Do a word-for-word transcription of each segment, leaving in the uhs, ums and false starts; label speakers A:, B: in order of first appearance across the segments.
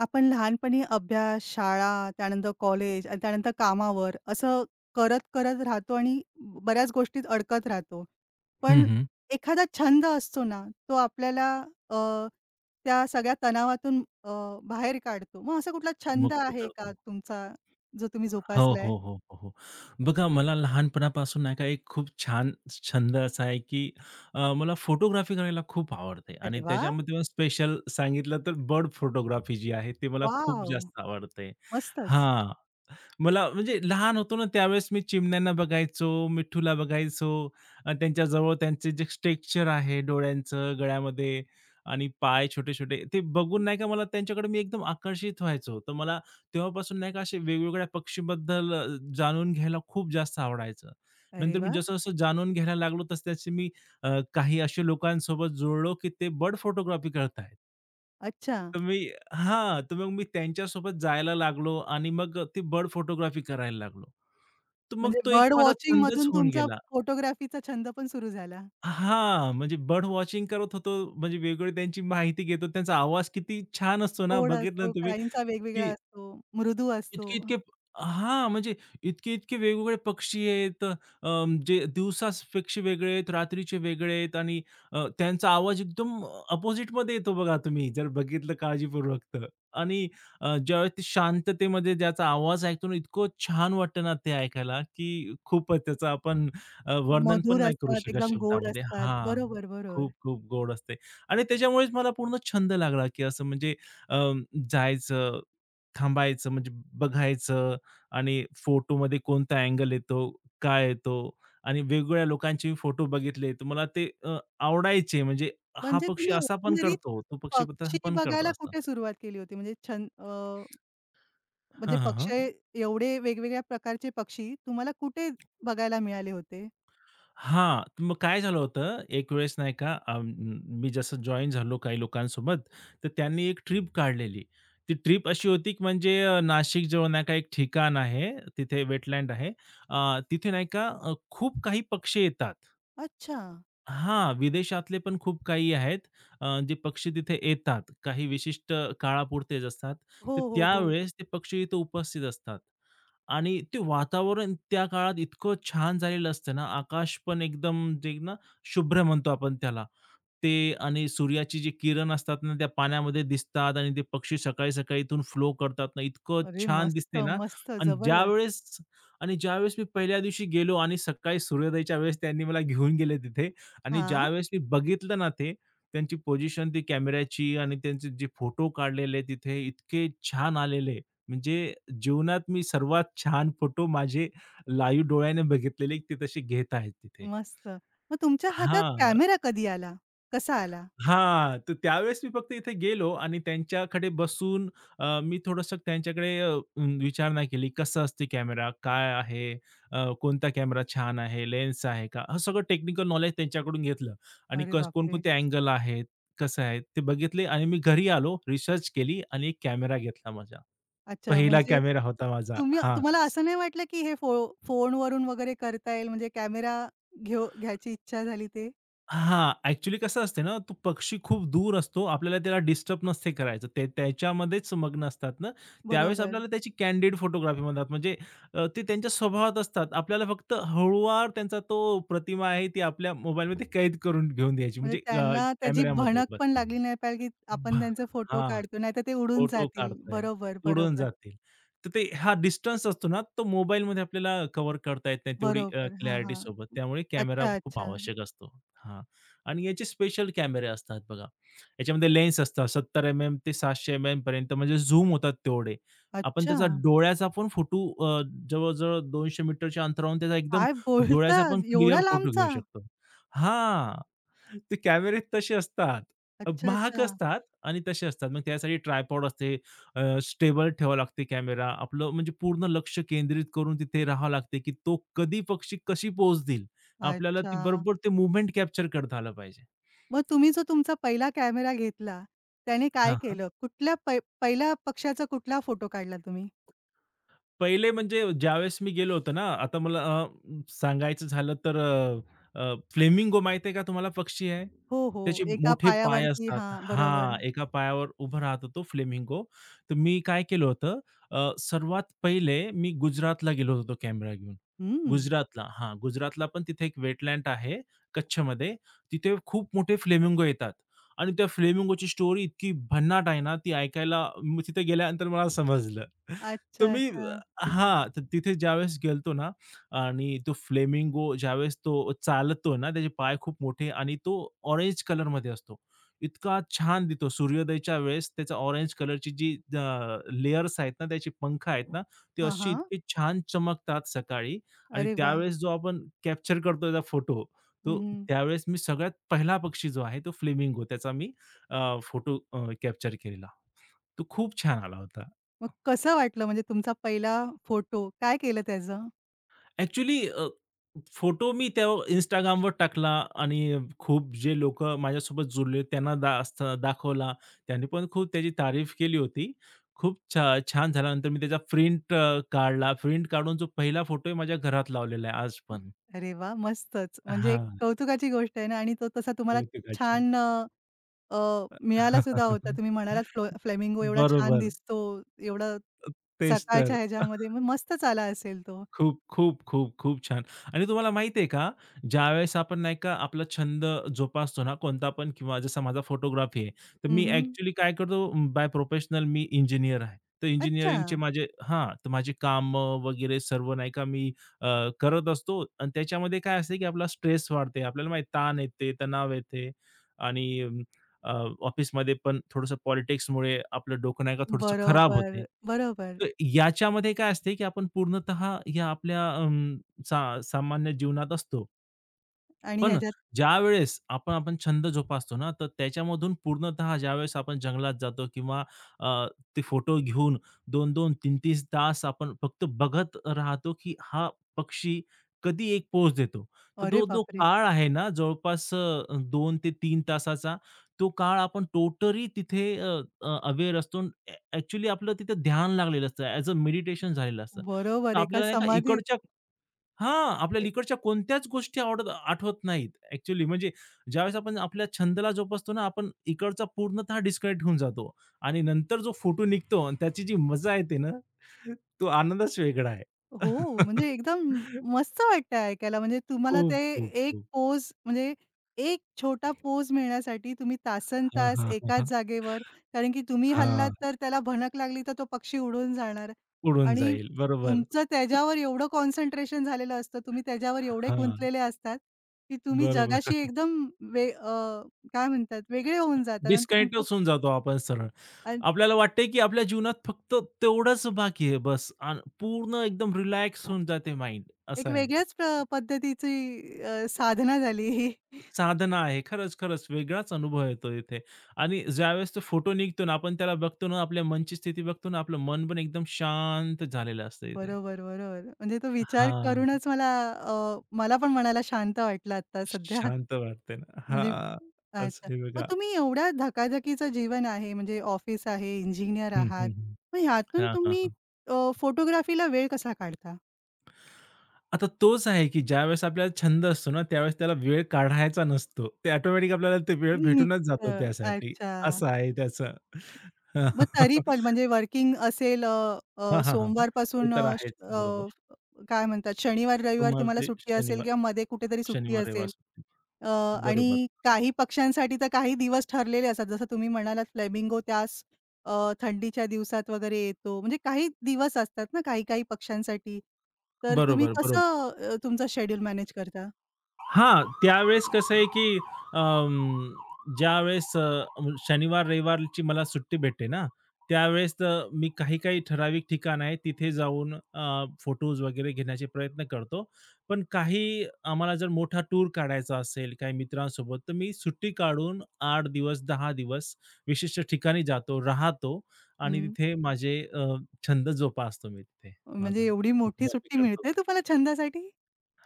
A: आपण लहानपणी अभ्यास, शाळा, त्यानंतर कॉलेज आणि त्यानंतर कामावर असं करत-करत राहतो आणि बऱ्याच गोष्टीत अडकत राहतो.
B: हं,
A: पण
B: हं.
A: एखादा छंद असतो ना, तो आपल्याला अ, त्या सगळ्या तणावातून अ, बाहेर काढतो. मग असा कुठला छंद
B: मुक्त
A: आहे का
B: करतो.
A: तुमचा, जो तुम्ही
B: हो,
A: जोपासलाय?
B: हो, हो, हो, हो. बघा मला लहानपणापासून नाही का एक खूप छान छंद असा आहे, की अ, मला फोटोग्राफी करायला खूप आवडते
A: अरे
B: आणि
A: वाह!
B: त्याच्यामध्ये मला स्पेशल सांगितलं तर बर्ड फोटोग्राफी जी आहे, ती मला खूप
A: वॉव!
B: जास्त आवडते.
A: मस्तच.
B: हां. मला म्हणजे लहान होतो ना त्यावेळेस मी चिमण्यांना बघायचो, मिठूला बघायचो आणि त्यांच्याजवळ त्यांचे जे टेक्स्चर आहे डोळ्यांचं, गळ्यामध्ये आणि पाय छोटे-छोटे ते बघून नाही का मला त्यांच्याकडे मी एकदम आकर्षित व्हायचो. तर मला तेव्हापासून नाही का असे वेगवेगळ्या पक्षीबद्दल अ, जाणून घ्यायला खूप जास्त आवडायचं.
A: अरे
B: नंतर मी
A: वाह!
B: जसं-जसं जाणून घ्यायला लागलो तसं-तसे मी अ, काही असे लोकांसोबत जुळलो की ते बर्ड फोटोग्राफी करतायत.
A: अच्छा.
B: तर मी हां, तर मग मी त्यांच्यासोबत जायला लागलो आणि मग ती बर्ड फोटोग्राफी करायला लागलो. तर मग
A: म्हणजे
B: तो एक
A: बर्ड
B: माझा छंदच
A: वॉचिंगमधून
B: होऊन
A: तुमचा
B: गेला.
A: फोटोग्राफीचा छंद पण सुरू झाला.
B: हां, म्हणजे बर्ड वॉचिंग करत होतो, म्हणजे वेगवेगळी त्यांची माहिती घेतो. त्यांचा आवाज किती छान असतो ना,
A: गोड
B: बघितलं
A: असतो,
B: ना तुम्ही
A: काहींचा वेगवेगळा
B: की
A: असतो, मृदू असतो,
B: इतके-इतके हां, म्हणजे इतके-इतके वेगवेगळे पक्षी आहेत. अं, जे दिवसा पक्षी वेगळे आहेत, रात्रीचे वेगळे आहेत आणि अ, त्यांचा आवाज एकदम अपोझिटमध्ये येतो बघा तुम्ही जर बघितलं काळजीपूर्वक तर. आणि अ, ज्यावेळेस ते शांततेमध्ये ज्याचा आवाज ऐकतो ना, इतकं छान वाटतं ना ते ऐकायला, की खूपच त्याचं आपण अ, वर्णन पण
A: मधुर
B: नाही करू
A: असतात,
B: शकत
A: एकदम गोड
B: शब्दामध्ये.
A: असतात.
B: हां,
A: बरोबर, बरोबर.
B: खूप खूप गोड असते आणि त्याच्यामुळेच मला पूर्ण छंद लागला, की असं म्हणजे अ, जायचं थांबायचं म्हणजे बघायचं आणि फोटोमध्ये कोणता अँगल येतो, काय येतो आणि वेगवेगळ्या लोकांचे फोटो बघितले तर मला ते अ, आवडायचे म्हणजे हा
A: म्हणजे
B: पक्षी
A: तुम्ही
B: असा पण
A: एकंदरीत
B: करतो, तो पक्षी पण तसा
A: पक्षी
B: पण
A: बघायला
B: करतो असं.
A: कुठे सुरुवात केली होती? म्हणजे छं अ, म्हणजे
B: हां, हां, हां.
A: पक्षी एवढे वेगवेगळ्या प्रकारचे पक्षी तुम्हाला कुठे बघायला मिळाले होते?
B: हां, तर मग काय झालं होतं एक वेळेस नाही का अ, मी जसं जॉइन झालो काही लोकांसोबत, तर त्यांनी एक ट्रिप काढलेली. ती ट्रिप अशी होती की म्हणजे अ, नाशिक जवळ नाही का एक ठिकाण आहे, तिथे वेटलँड आहे. अ, तिथे नाही का अ, खूप काही पक्षी येतात.
A: अच्छा.
B: हां, विदेशातले पण खूप काही आहेत. अ, जे पक्षी तिथे येतात. काही विशिष्ट काळापुरतेच असतात.
A: हो,
B: तर
A: हो, हो.
B: त्यावेळेस ते पक्षी इथे उपस्थित असतात. आणि ते वातावरण त्या काळात इतकं छान झालेलं असतं ना, आकाश पण एकदम जे ना शुभ्र म्हणतो आपण त्याला. ते आणि सूर्याची जी किरण असतात ना, त्या पाण्यामध्ये दिसतात आणि ते पक्षी सकाळी-सकाळी इथून फ्लो करतात ना, इतकं
A: अरे
B: छान
A: मस्त,
B: दिसते ना.
A: मस्त,
B: आणि
A: जबरदस्त.
B: ज्यावेळेस आणि ज्यावेळेस मी पहिल्या दिवशी गेलो आणि सकाळी सूर्योदयाच्या वेळेस त्यांनी मला घेऊन गेले तिथे आणि
A: हां,
B: ज्यावेळेस मी बघितलं ना ते, त्यांची पोझिशन ती कॅमेऱ्याची आणि त्यांचे जे फोटो काढलेले तिथे इतके छान आलेले. म्हणजे जीवनात मी सर्वात छान फोटो माझे लाईव्ह डोळ्याने बघितलेले ते तसे घेत आहेत तिथे.
A: मस्त. मग तुमच्या हातात
B: हां.
A: कॅमेरा कधी आला? कसा आला?
B: हां, तर त्यावेळेस मी फक्त इथे गेलो आणि त्यांच्याकडे बसून अ, मी थोडंसं त्यांच्याकडे अ, म, विचारणा केली, कसं असते कॅमेरा? काय आहे? अ, कोणता कॅमेरा छान आहे? लेन्स आहे का? हे सगळं टेक्निकल नॉलेज त्यांच्याकडून घेतलं आणि
A: अरे
B: कस
A: बापरे!
B: कोणकोणते अँगल आहेत, कसं आहे ते बघितले आणि मी घरी आलो, रिसर्च केली आणि एक कॅमेरा घेतला माझा.
A: अच्छा
B: पहिला
A: म्हणजे
B: कॅमेरा होता माझा.
A: तुम्ही
B: हां.
A: तुम्हाला असं नाही वाटलं, की हे फो फोनवरून वगैरे करता येईल म्हणजे कॅमेरा घेऊ घ्यायची इच्छा झाली ते?
B: हां, ॲक्चुअली कसं असते ना, तो पक्षी खूप दूर असतो. आपल्याला त्याला डिस्टर्ब नसते करायचं. ते त्याच्यामध्येच मग्न असतात ना, त्यावेळेस
A: बरोबर.
B: आपल्याला त्याची कँडिड फोटोग्राफी म्हणतात. म्हणजे अ, ते त्यांच्या स्वभावात असतात. आपल्याला फक्त हळूवार त्यांचा तो प्रतिमा आहे ती आपल्या मोबाईलमध्ये कैद करून घेऊन द्यायची
A: म्हणजे
B: म्हणजे अ,
A: त्यांना त्याची
B: कॅमेऱ्यामध्ये
A: भणक पण
B: बस.
A: लागली नाही पाहिजे, की आपण
B: भा
A: त्यांचे फोटो
B: हां.
A: काढतो, नाहीतर ते उडून
B: फोटो
A: जातील.
B: काढताय,
A: बरोबर,
B: तुडून
A: बरोबर,
B: जातील. तर ते हा डिस्टन्स असतो ना, तो मोबाईलमध्ये आपल्याला कव्हर करता येत नाही तेवढी अ,
A: बरोबर. हां,
B: क्लॅरिटी
A: हां.
B: सोबत. त्यामुळे कॅमेरा
A: अच्छा,
B: खूप
A: अच्छा.
B: आवश्यक असतो. हां. आणि याचे स्पेशल कॅमेरे असतात बघा. याच्यामध्ये लेन्स असतात सत्तर एम-एम ते सातशे एम-एम पर्यंत म्हणजे झूम होतात तेवढे. आपण
A: अच्छा!
B: त्याचा डोळ्याचा पण फोटो अ, जवळ-जवळ दोनशे मीटरच्या अंतरावरून त्याचा एकदम
A: काय बोलता?
B: डोळ्याचा पण
A: एवढ्या
B: क्लिअर फोटो घेऊ
A: लांबचा?
B: शकतो. हां. ते कॅमेरे तसे असतात. अ,
A: अच्छा,
B: महाग
A: अच्छा.
B: असतात. आणि तसे असतात. मग त्यासाठी ट्रायपॉड असते, अ, स्टेबल ठेवावा लागते कॅमेरा. आपलं म्हणजे पूर्ण लक्ष केंद्रित करून तिथे राहावं लागते, की तो कधी पक्षी कशी पोहोचतील. आपल्याला
A: अच्छा.
B: ती बरोबर ते मूव्हमेंट कॅप्चर करता आलं पाहिजे.
A: मग तुम्ही जो तुमचा पहिला कॅमेरा घेतला, त्याने काय
B: हां,
A: केलं? कुठल्या पै पहिल्या पक्ष्याचा कुठला फोटो काढला तुम्ही?
B: पहिले म्हणजे ज्यावेळेस मी गेलो होतो ना, आता मला अ, सांगायचं झालं तर अ, अ, फ्लेमिंगो माहिती आहे का तुम्हाला पक्षी आहे?
A: हो, हो.
B: त्याचे
A: एका
B: मोठे पाय
A: पायावरती
B: असतात.
A: हां, बरोबर.
B: हां, एका पायावर उभा राहतो तो फ्लेमिंगो. तर मी काय केलं होतं अ, सर्वात पहिले मी गुजरातला गेलो होतो कॅमेरा घेऊन.
A: हं.
B: गुजरातला हां, गुजरातला पण तिथे एक वेटलँड आहे कच्छमध्ये. तिथे खूप मोठे फ्लेमिंगो येतात आणि त्या फ्लेमिंगोची स्टोरी इतकी भन्नाट आहे ना, ती ऐकायला मी तिथे गेल्यानंतर मला समजलं. तर
A: अच्छा,
B: मी
A: अच्छा.
B: हां, तर तिथे ज्यावेळेस गेलतो ना आणि तो फ्लेमिंगो ज्यावेळेस तो चालतो ना, त्याचे पाय खूप मोठे आणि तो ऑरेंज कलरमध्ये असतो. इतका छान दिसतो सूर्योदयाच्या वेळेस त्याचा ऑरेंज कलरची जी अ, लेयर्स आहेत ना, त्याची पंख आहेत ना, ते
A: हां,
B: अशी
A: हां.
B: इतकी छान चमकतात सकाळी आणि
A: अरे वाह!
B: त्यावेळेस जो आपण कॅप्चर करतो त्याचा फोटो,
A: हं,
B: तो
A: हं.
B: त्यावेळेस मी सगळ्यात पहिला पक्षी जो आहे तो फ्लेमिंगो त्याचा मी फोटो कॅप्चर केलेला. तो खूप छान आला होता.
A: मग कसं वाटलं म्हणजे तुमचा पहिला फोटो? काय केलं त्याचं?
B: ॲक्चुअली फोटो मी त्या Instagramवर टाकला आणि खूप जे लोकं माझ्यासोबत जुळले त्यांना दा स दाखवला. त्यांनी पण खूप त्याची तारीफ केली होती. खूप छा छान झाल्यानंतर मी त्याचा प्रिंट अ, काढला. प्रिंट काढून जो पहिला फोटो आहे माझ्या घरात लावलेला आहे आज पण.
A: अरे वाह! मस्तच. म्हणजे एक
B: हां,
A: कौतुकाची गोष्ट आहे ना आणि तो तसा तुम्हाला
B: कौतुकाची.
A: छान अ, अ, मिळाला सुद्धा होता. तुम्ही म्हणालात फ्लो फ्लेमिंगो एवढा छान
B: बरोबर.
A: दिसतो, एवढं
B: तेच
A: सकाळच्या
B: तर.
A: ह्याच्यामध्ये मग मस्तच आला असेल तो.
B: खूप, खूप, खूप, खूप छान. आणि तुम्हाला माहिती आहे का, ज्यावेळेस आपण नाही का आपला छंद जोपासतो ना कोणता पण किंवा जसा माझा फोटोग्राफी आहे. तर मी
A: हं,
B: ॲक्चुअली काय करतो बाय प्रोफेशनल मी इंजिनिअर आहे. तर
A: अच्छा.
B: इंजिनिअरिंगचे माझे हां, तर माझे कामं वगैरे सर्व नाही का मी अ, करत असतो आणि त्याच्यामध्ये काय असते की आपला स्ट्रेस वाढते. आपल्याला माहिती ताण येते, तणाव येते आणि ऑफिसमध्ये पण थोडंसं पॉलिटिक्समुळे आपलं डोकं नाही का थोडंसं खराब
A: बरोबर,
B: होते.
A: बरोबर
B: तर याच्यामध्ये काय असते, की आपण पूर्णतः या आपल्या अं, सा सामान्य जीवनात असतो.
A: आणि
B: पण
A: ह्याच्यात
B: ज्यावेळेस आपण आपण छंद जोपासतो ना, तर त्याच्यामधून पूर्णतः ज्यावेळेस आपण जंगलात जातो किंवा अ, ते फोटो घेऊन दोन-दोन तीन तीन तास आपण फक्त बघत राहतो, की हा पक्षी कधी एक पोज देतो. तर
A: अरे
B: तो जो
A: बापरे!
B: काळ आहे ना, जवळपास अ, दोन ते तीन तासाचा तो काळ आपण टोटली तिथे अ, अ, अवेअर असतो. अ, आपलं तिथे ध्यान लागलेलं असतं. ॲज अ मेडिटेशन झालेलं असतं. तर
A: बरोबर. एका
B: आपल्याला नाही का
A: समाधीत
B: इकडच्या हां,
A: ए
B: आपल्याला इकडच्या कोणत्याच गोष्टी आवडत आठवत नाहीत ॲक्चुअली. म्हणजे ज्यावेळेस आपण आपल्या छंदाला जोपासतो ना, आपण इकडचा पूर्णतः डिस्कनेक्ट होऊन जातो आणि नंतर जो फोटो निघतो आणि त्याची जी मजा येते ना, तो आनंदच वेगळा आहे.
A: हो, म्हणजे एकदम मस्त वाटतं ऐकायला. म्हणजे तुम्हाला
B: खूप,
A: ते
B: खूप,
A: एक
B: खूप.
A: पोज म्हणजे एक छोटा पोज मिळण्यासाठी तुम्ही तासन
B: हां,
A: तासनतास
B: हां, हां,
A: एकाच
B: हां.
A: जागेवर कारण की तुम्ही हललात
B: हां,
A: तर त्याला भनक लागली तर तो पक्षी उडून जाणार
B: उडून
A: आणि
B: जाईल. बरोबर.
A: तुमचं त्याच्यावर एवढं कॉन्सन्ट्रेशन झालेलं असतं, तुम्ही त्याच्यावर एवढे
B: हां,
A: गुंतलेले असतात, की तुम्ही
B: बरोबर.
A: जगाशी एकदम वे अ, काय म्हणतात वेगळे होऊन जातात आणि तुमचं
B: डिस्कनेक्टच होऊन जातो आपण सरळ. आपल्याला वाटतंय, की आपल्या जीवनात फक्त तेवढंच बाकी आहे बस आणि पूर्ण एकदम रिलॅक्स होऊन जाते माइंड
A: एक
B: असं आहे.
A: वेगळ्याच अ, पद्धतीची अ, साधना झाली ही.
B: साधना आहे. खरंच, खरंच वेगळाच अनुभव येतो इथे आणि ज्यावेळेस तो फोटो निघतो ना, आपण त्याला बघतो ना, आपल्या मनची स्थिती बघतो ना, आपलं मन पण एकदम शांत झालेलं असतं इथे.
A: बरोबर, बरोबर. म्हणजे तो विचार
B: हां,
A: करूनच मला अ, मला पण मनाला शांत वाटलं आता सध्या.
B: शांत वाटते ना.
A: म्हणजे
B: हां,
A: अच्छा.
B: असं आहे
A: मग
B: बघा.
A: तुम्ही एवढ्या धकाधकीचं जीवन आहे, म्हणजे ऑफिस आहे, इंजिनिअर
B: हं,
A: आहात.
B: हं, हं.
A: मग ह्यातून
B: हां, हां,
A: तुम्ही
B: हां.
A: अ, फोटोग्राफीला वेळ कसा काढता?
B: आता तोच आहे, की ज्यावेळेस आपल्याला छंद असतो ना, त्यावेळेस त्याला वेळ काढायचा नसतो. ते ऑटोमॅटिक आपल्याला ते वेळ भेटूनच जातो
A: निघतं.
B: त्यासाठी.
A: अच्छा.
B: असं आहे त्याचं. हां,
A: मग तरी पण म्हणजे वर्किंग असेल अ, अ,
B: हां, हां, हां. ते
A: सोमवारपासून
B: तर
A: अ, श
B: आहेच.
A: अ,
B: बरोबर.
A: काय म्हणतात शनिवार, रविवार
B: सोमवार
A: तुम्हाला
B: ते
A: सुट्टी असेल
B: शनिवार,
A: किंवा मध्ये कुठेतरी सुट्टी
B: शनिवार, रविवार
A: असेल.
B: सुट्टी.
A: अ, आणि
B: बरोबर,
A: काही पक्ष्यांसाठी तर काही दिवस ठरलेले असतात. जसं तुम्ही म्हणालात फ्लेमिंगो त्यास अ, थंडीच्या दिवसात वगैरे येतो. म्हणजे काही दिवस असतात ना काही-काही पक्ष्यांसाठी. तर तुम्ही
B: बरोबर, बरोबर.
A: कसं अ, तुमचं शेड्यूल मॅनेज करता?
B: हां, त्यावेळेस कसं आहे, की अं, ज्यावेळेस अ, शनिवार, रविवारची मला सुट्टी भेटते ना, त्यावेळेस तर मी काही-काही ठराविक ठिकाण आहे तिथे जाऊन अ, फोटोज वगैरे घेण्याचे प्रयत्न करतो. पण काही आम्हाला जर मोठा टूर काढायचा असेल काही मित्रांसोबत, तर मी सुट्टी काढून आठ दिवस, दहा दिवस विशिष्ट ठिकाणी जातो, राहतो आणि
A: हं.
B: तिथे माझे अ, छंद जोपासतो मी तिथे माझा.
A: म्हणजे एवढी मोठी
B: फोटोग्राफी
A: सुट्टी
B: करतो.
A: मिळते तुम्हाला छंदासाठी?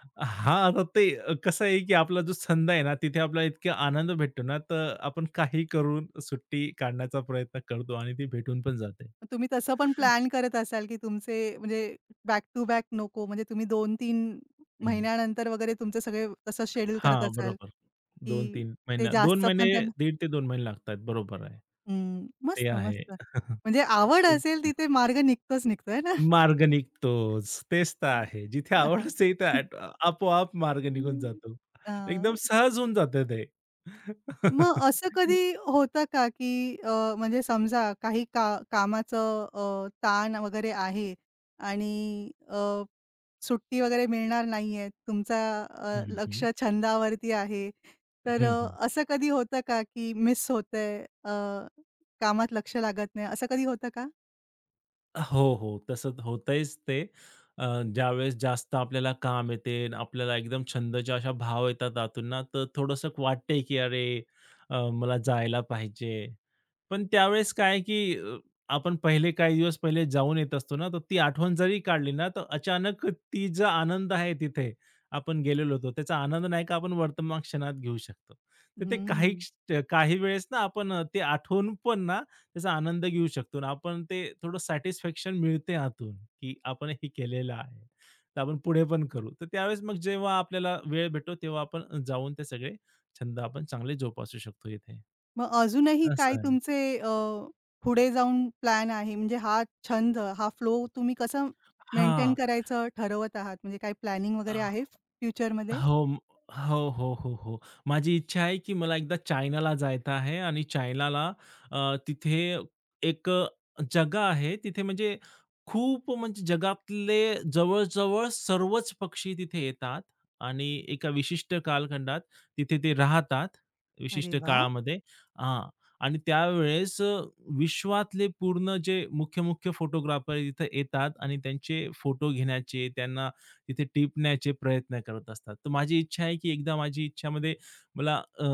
B: हां, आता ते कसं आहे, की आपला जो छंद आहे ना, तिथे आपला इतका आनंद भेटतो ना, तर आपण काही करून सुट्टी काढण्याचा प्रयत्न करतो आणि ती भेटून पण जाते.
A: तुम्ही तसं पण प्लॅन करत असाल, की तुमचे म्हणजे बॅक टू बॅक नको म्हणजे तुम्ही दोन ते तीन
B: हं.
A: महिन्यानंतर वगैरे तुमचे सगळे तसं शेड्यूल करत
B: हां,
A: असाल,
B: बरोबर. दोन
A: की
B: तीन
A: ते
B: महिना दोन
A: जास्त
B: महिने
A: पण त्यां
B: दीड ते दोन महिने लागतात. बरोबर आहे.
A: हं. मस्त,
B: ते आहे.
A: मस्त. म्हणजे आवड
B: खूप
A: असेल
B: छान.
A: तिथे मार्ग निघतोच निघतो आहे ना?
B: मार्ग निघतोच. तेच तर आहे. जिथे
A: हं, हां.
B: आवड असते तिथे ॲट आपोआप मार्ग निघून
A: हं.
B: जातो.
A: अ,
B: एकदम सहज होऊन जातं ते.
A: मग असं कधी होतं का, की अ, म्हणजे समजा काही का कामाचं अ, ताण वगैरे आहे आणि अ, सुट्टी वगैरे मिळणार नाहीये. तुमचा अ,
B: हं, हं,
A: लक्ष
B: हं.
A: छंदावरती आहे. तर अ, असं कधी होतं का, की मिस होतंय, अ, कामात लक्ष लागत नाही, असं कधी होतं का?
B: हो, हो. तसं होतंयच ते. अ, ज्यावेळेस जास्त आपल्याला काम येते आणि आपल्याला एकदम छंदच्या अशा भाव येतात आतून ना, तर थोडंसं वाटतंय की अरे, अ, मला जायला पाहिजे. पण त्यावेळेस काय की अ, आपण पहिले काही दिवस पहिले जाऊन येत असतो ना, तर ती आठवण जरी काढली ना, तर अचानक ती जो आनंद आहे तिथे आपण गेलेलो होतो, त्याचा आनंद नाही का आपण वर्तमान क्षणात घेऊ शकतो. तर ते काही
A: हं.
B: क्ष काही वेळेस ना आपण अ, ते आठवून पण ना त्याचा आनंद घेऊ शकतो आणि आपण ते थोडं सॅटिस्फॅक्शन मिळते आतून, की आपण हे केलेलं आहे. तर आपण पुढे पण करू. तर त्यावेळेस मग जेव्हा आपल्याला वेळ भेटतो तेव्हा आपण जाऊन ते सगळे छंद आपण चांगले जोपासू शकतो इथे.
A: मग अजूनही काय
B: असं आहे.
A: तुमचे अ, पुढे जाऊन प्लॅन आहे? म्हणजे हा छंद, हा फ्लो तुम्ही कसं मेंटेन
B: हां.
A: करायचं ठरवत आहात? म्हणजे काही प्लॅनिंग वगैरे आहे फ्युचरमध्ये?
B: हो, म हो, हो, हो, हो. माझी इच्छा आहे, की मला एकदा चायनाला जायचं आहे आणि चायनाला अ, तिथे एक जगा जागा आहे. तिथे म्हणजे खूप म्हणजे जगातले जवळ-जवळ सर्वच पक्षी तिथे येतात आणि एका विशिष्ट कालखंडात तिथे ते राहतात,
A: अरे
B: विशिष्ट
A: वाह!
B: काळामध्ये. हां. आणि त्यावेळेस अ, विश्वातले पूर्ण जे मुख्य-मुख्य फोटोग्राफर इथे येतात आणि त्यांचे फोटो घेण्याचे त्यांना तिथे टिपण्याचे प्रयत्न करत असतात. तर माझी इच्छा आहे, की एकदा माझी इच्छामध्ये मला अ,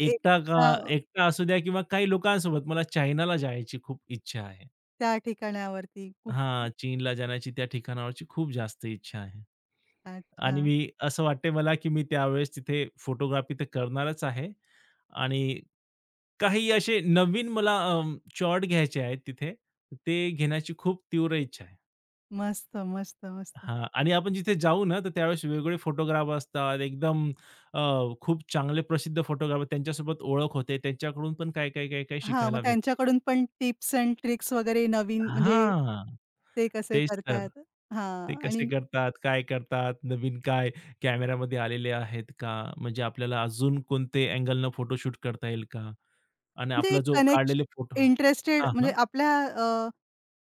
B: एकटा का
A: एकदा
B: एकटा असू द्या किंवा काही लोकांसोबत मला चायनाला जायची खूप इच्छा आहे.
A: त्या त्या ठिकाणावरती कुठ
B: हां, चीनला जाण्याची त्या ठिकाणावरची खूप जास्त इच्छा आहे. आणि
A: अच्छा.
B: मी असं वाटतंय मला, की मी त्यावेळेस तिथे फोटोग्राफी तर करणारच आहे आणि काही असे नवीन मला अ, घ्यायचे आहेत तिथे, ते घेण्याची खूप तीव्र इच्छा आहे.
A: मस्त, मस्त, मस्त.
B: हां. आणि आपण जिथे जाऊ ना, तर त्यावेळेस वेगवेगळे फोटोग्राफ असतात. एकदम अ, खूप चांगले प्रसिद्ध फोटोग्राफर त्यांच्यासोबत ओळख होते. त्यांच्याकडून पण काय, काय, काय, काय
A: हां, मग
B: शिकायला भेटते.
A: त्यांच्याकडून पण टिप्स अँड ट्रिक्स वगैरे नवीन म्हणजे
B: हां.
A: ते कसे
B: तेच तर.
A: करतात?
B: ते
A: हां आणि
B: कसे करतात, काय करतात, नवीन काय कॅमेरामध्ये आलेले आहेत का? म्हणजे आपल्याला अजून कोणते अँगलनं फोटोशूट करता येईल का? आणि
A: म्हणजे
B: आपला
A: एक
B: जो
A: कनेक्शन
B: काढलेले फोटो
A: इंटरेस्टेड
B: हां,
A: म्हणजे
B: हां.
A: आपल्या अ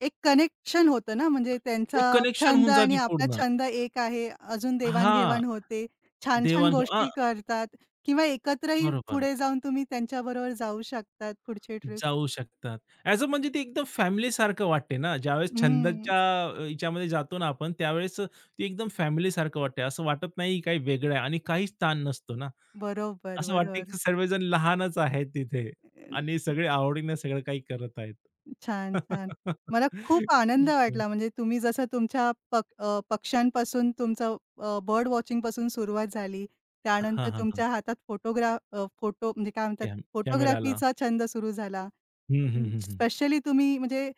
A: एक कनेक्शन होतं ना, म्हणजे
B: ते
A: त्यांचा
B: कनेक्शन
A: छंद
B: होऊन
A: आणि
B: जाते
A: आपला
B: पूर्ण.
A: छंद एक आहे. अजून
B: हां.
A: देवाण-घेवाण होते. छान-छान
B: देवाण हां,
A: गोष्टी करतात किंवा एकत्रही
B: बरोबर.
A: पुढे जाऊन तुम्ही त्यांच्याबरोबर जाऊ शकतात पुढची ट्रिप.
B: जाऊ शकतात. ॲज अ म्हणजे ते एकदम फॅमिलीसारखं वाटते ना, ज्यावेळेस
A: हं.
B: छंदाच्या अ, ह्याच्यामध्ये जातो ना आपण, त्यावेळेस अ, ते एकदम फॅमिलीसारखं वाटते. असं वाटत नाही काही वेगळं आहे आणि काहीच ताण नसतो ना.
A: बरोबर,
B: असं वाटते
A: बरोबर.
B: की सर्वजण लहानच आहेत तिथे आणि सगळे आवडीने सगळं काही करत आहेत.
A: छान, छान. मला खूप आनंद
B: खूप छान.
A: वाटला म्हणजे तुम्ही जसं तुमच्या पक अ, पक्ष्यांपासून तुमचं अ, बर्ड वॉचिंगपासून सुरुवात झाली. त्यानंतर
B: हां, हां, हां.
A: तुमच्या हातात फोटोग्राफ अ, फोटो म्हणजे काय म्हणतात
B: कॅम कॅमेराला.
A: फोटोग्राफीचा छंद सुरू झाला.
B: हं, हं, हं, हं.
A: स्पेशली तुम्ही म्हणजे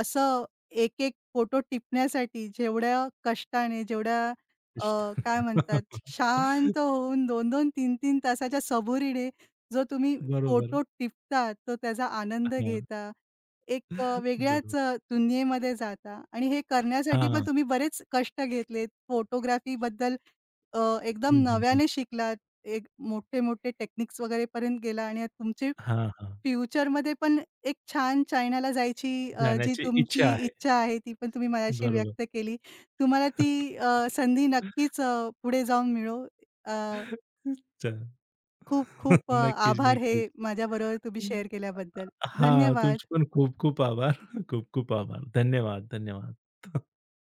A: असं एक-एक फोटो टिपण्यासाठी जेवढ्या कष्टाने, जेवढ्या अ, काय म्हणतात शांत होऊन दोन दोन, तीन तीन तासाच्या सबुरीने जो तुम्ही
B: बरोबर.
A: फोटो टिपता, तो त्याचा आनंद
B: हां,
A: घेता. एक अ, वेगळ्याच
B: बरोबर.
A: अ, दुनियेमध्ये जाता आणि हे करण्यासाठी पण
B: हां.
A: तुम्ही बरेच कष्ट घेतलेत. फोटोग्राफीबद्दल अ, एकदम
B: हं, हं, हं.
A: नव्याने शिकलात. एक मोठे-मोठे टेक्निक्स वगैरेपर्यंत गेला आणि आता तुमचे
B: हां, हां.
A: फ्युचरमध्ये पण एक छान चायनाला जायची अ, जी
B: जाण्याची इच्छा
A: तुमची
B: आहे.
A: इच्छा आहे, ती पण तुम्ही मगाशी
B: बरोबर.
A: व्यक्त केली. तुम्हाला ती अ, संधी नक्कीच अ, पुढे जाऊन मिळो. अ,
B: अच्छा.
A: खूप-खूप अ,
B: नक्कीच,
A: आभार हे
B: नक्कीच.
A: माझ्याबरोबर तुम्ही शेअर केल्याबद्दल.
B: हां,
A: धन्यवाद.
B: तुमचे पण खूप खूप आभार. खूप खूप आभार. धन्यवाद, धन्यवाद.